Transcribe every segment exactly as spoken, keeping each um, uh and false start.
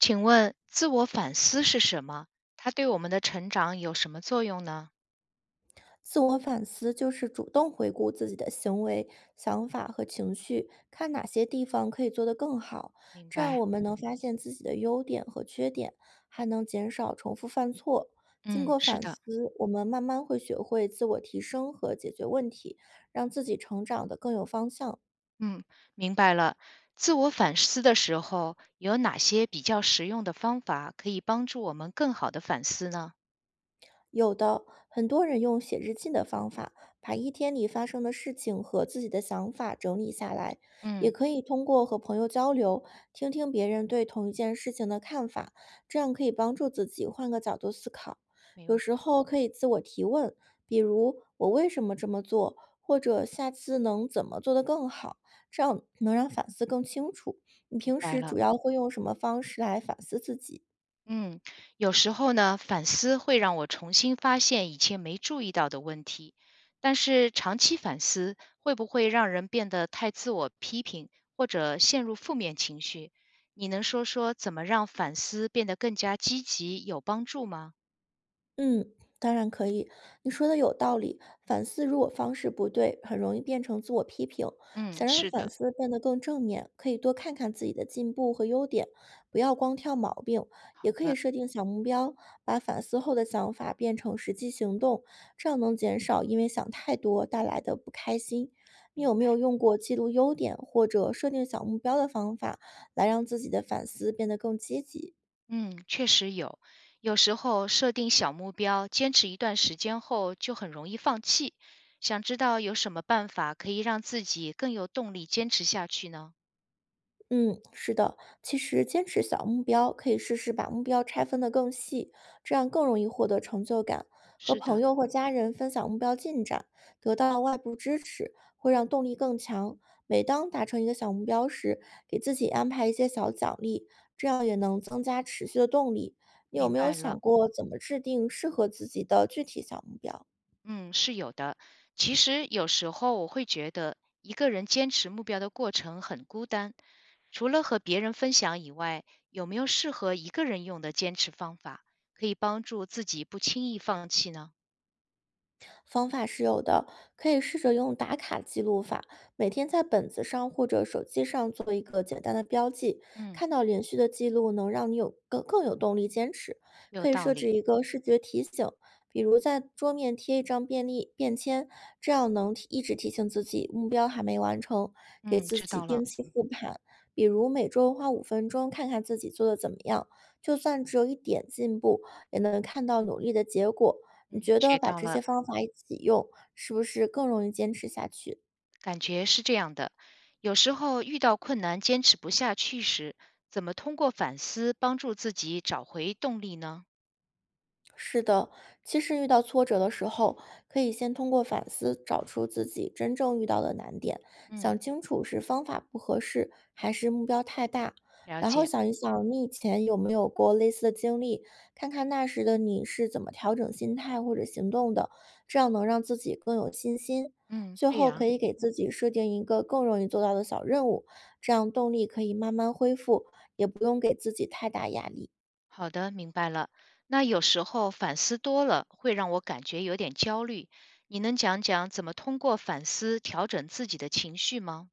请问自我反思是什么？它对我们的成长有什么作用呢？自我反思就是主动回顾自己的行为、想法和情绪，看哪些地方可以做得更好。明这样白，我们能发现自己的优点和缺点，还能减少重复犯错。经嗯，过是反的，思，我们慢慢会学会自我提升和解决问题，让自己成长得更有方向。嗯，明白了。自我反思的时候，有哪些比较实用的方法可以帮助我们更好的反思呢？有的，很多人用写日记的方法，把一天里发生的事情和自己的想法整理下来，也嗯，可以通过和朋友交流，听听别人对同一件事情的看法，这样可以帮助自己换个角度思考。明有白，时候可以自我提问，比如“我为什么这么做”，或者“下次能怎么做得更好”，这样能让反思更清楚。你明平白时了。主要会用什么方式来反思自己？嗯，有时候呢，反思会让我重新发现以前没注意到的问题，但是长期反思会不会让人变得太自我批评，或者陷入负面情绪？你能说说怎么让反思变得更加积极、有帮助吗？嗯，当然可以，你说的有道理。反思如果方式不对，很容易变成自我批评。嗯，想让是反的，思变得更正面，可以多看看自己的进步和优点，不要光挑毛病。也好可以的，设定小目标，把反思后的想法变成实际行动，这样能减少因为想太多带来的不开心。你明有没有白。用过记录优点或者设定小目标的方法，来让自己的反思变得更积极？嗯，确实有，有时候设定小目标，坚持一段时间后就很容易放弃。想知道有什么办法可以让自己更有动力坚持下去呢？嗯，是的，其实坚持小目标，可以试试把目标拆分得更细，这样更容易获得成就感。和是朋的，友或家人分享目标进展，得到外部支持，会让动力更强。每当达成一个小目标时，给自己安排一些小奖励，这样也能增加持续的动力。你有明没有白了。想过怎么制定适合自己的具体小目标？嗯，是有的。其实有时候我会觉得，一个人坚持目标的过程很孤单。除了和别人分享以外，有没有适合一个人用的坚持方法，可以帮助自己不轻易放弃呢？方法是有的，可以试着用打卡记录法，每天在本子上或者手机上做一个简单的标记，嗯，看到连续的记录能让你有更更有动力坚持。有可以道设理。置一个视觉提醒，比如在桌面贴一张便利便签，这样能提一直提醒自己目标还没完成，给嗯，自知己道了。定期复盘。比如每周花五分钟看看自己做的怎么样，就算只有一点进步，也能看到努力的结果。你嗯，觉学得把到这了。些方法一起用，是不是更容易坚持下去？感觉是这样的。有时候遇到困难，坚持不下去时，怎么通过反思帮助自己找回动力呢？是的，其实遇到挫折的时候，可以先通过反思找出自己真正遇到的难点，嗯，想清楚是方法不合适还是目标太大，了然后解。想一想你以前有没有过类似的经历，看看那时的你是怎么调整心态或者行动的，这样能让自己更有信心。嗯，最对后呀、可以给自己设定一个更容易做到的小任务，这样动力可以慢慢恢复，也不用给自己太大压力。好的，明白了。那有时候反思多了，会让我感觉有点焦虑。你能讲讲怎么通过反思调整自己的情绪吗？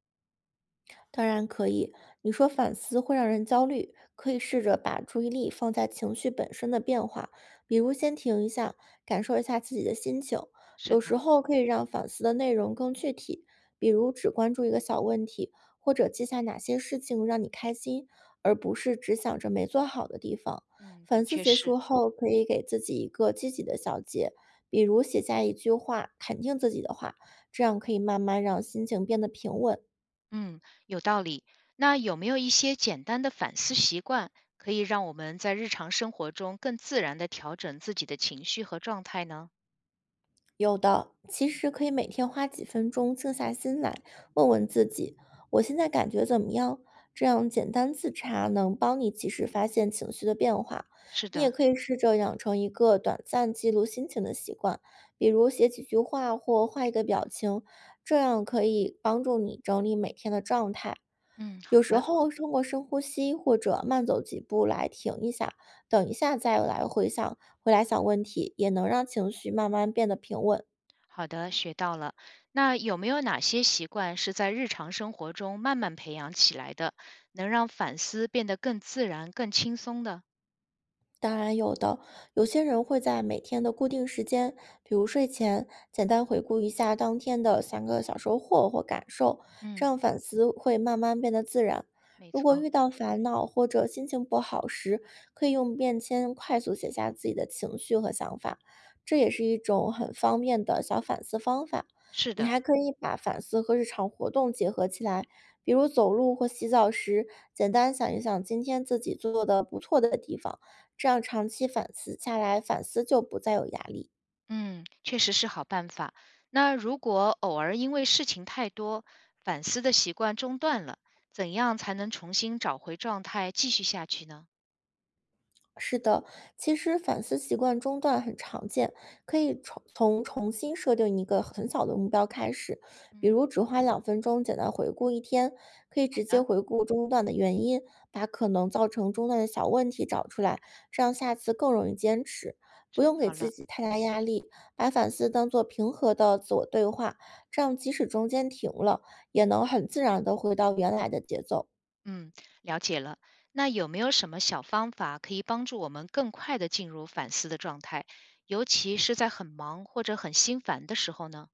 当然可以。你说反思会让人焦虑，可以试着把注意力放在情绪本身的变化，比如先停一下，感受一下自己的心情。是有的，时候可以让反思的内容更具体，比如只关注一个小问题，或者记下哪些事情让你开心，而不是只想着没做好的地方。嗯，的反思确结是，束后，可以给自己一个积极的小结，比如写下一句话肯定自己的话，这样可以慢慢让心情变得平稳。嗯，有道理。那有没有一些简单的反思习惯，可以让我们在日常生活中更自然的调整自己的情绪和状态呢？有的，其实可以每天花几分钟静下心来，问问自己，我现在感觉怎么样？这样简单自查能帮你及时发现情绪的变化。是你也的，可以试着养成一个短暂记录心情的习惯，比如写几句话或画一个表情，这样可以帮助你整理每天的状态。嗯，有好时的。候通过深呼吸或者慢走几步来停一下，等一下再来回想，回来想问题，也能让情绪慢慢变得平稳。好的，学到了。那有没有哪些习惯是在日常生活中慢慢培养起来的，能让反思变得更自然、更轻松的？当然有的，有些人会在每天的固定时间，比如睡前，简单回顾一下当天的三个小收获或感受，这嗯，样反思会慢慢变得自然。没如果错，遇到烦恼或者心情不好时，可以用便签快速写下自己的情绪和想法，这也是一种很方便的小反思方法。是你的，还可以把反思和日常活动结合起来，比如走路或洗澡时，简单想一想今天自己做的不错的地方。这样长期反思下来，反思就不再有压力。嗯，确实是好办法。那如果偶尔因为事情太多，反思的习惯中断了，怎样才能重新找回状态，继续下去呢？是的，其实反思习惯中断很常见，可以重从重新设定一个很小的目标开始，比嗯，如只花两分钟简单回顾一天，可以好直接的，回顾中断的原因，把可能造成中断的小问题找出来，这样下次更容易坚持。不知用给道自了。己太大压力，把反思当做平和的自我对话，这样即使中间停了，也能很自然的回到原来的节奏。嗯，了解了。那有没有什么小方法可以帮助我们更快的进入反思的状态，尤其是在很忙或者很心烦的时候呢？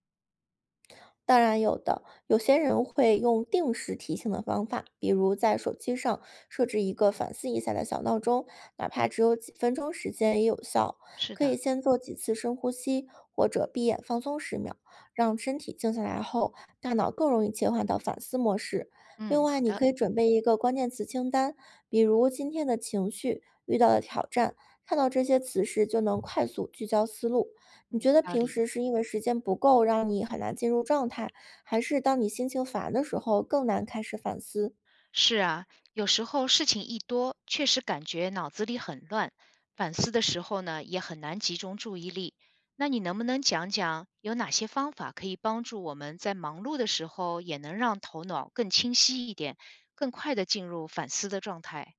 当然有的，有些人会用定时提醒的方法，比如在手机上设置一个反思一下的小闹钟，哪怕只有几分钟时间也有效。是可的，以先做几次深呼吸，或者闭眼放松十秒，让身体静下来后，大脑更容易切换到反思模式。嗯，另外，好你的，可以准备一个关键词清单，比如今天的情绪、遇到的挑战，看到这些词时就能快速聚焦思路。你嗯觉有得道平理。时是因为时间不够，让你很难进入状态，还是当你心情烦的时候更难开始反思？是啊，有时候事情一多，确实感觉脑子里很乱，反思的时候呢，也很难集中注意力。那你能不能讲讲有哪些方法可以帮助我们在忙碌的时候，也能让头脑更清晰一点，更快的进入反思的状态？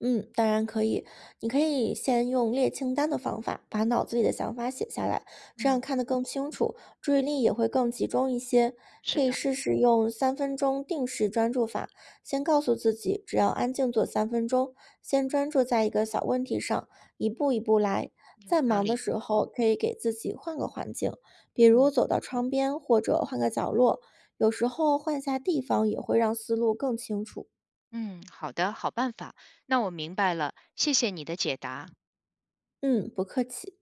嗯，当然可以。你可以先用列清单的方法，把脑子里的想法写下来，这嗯。样看得更清楚，注意力也会更集中一些。是可以的，试试用三分钟定时专注法，先告诉自己，只要安静做三分钟，先专注在一个小问题上，一步一步来。有在道忙的理。时候，可以给自己换个环境，比嗯如走到窗边或者换个角落。有时候换一下地方也会让思路更清楚。嗯，好的，好办法。那我明白了，谢谢你的解答。嗯，不客气。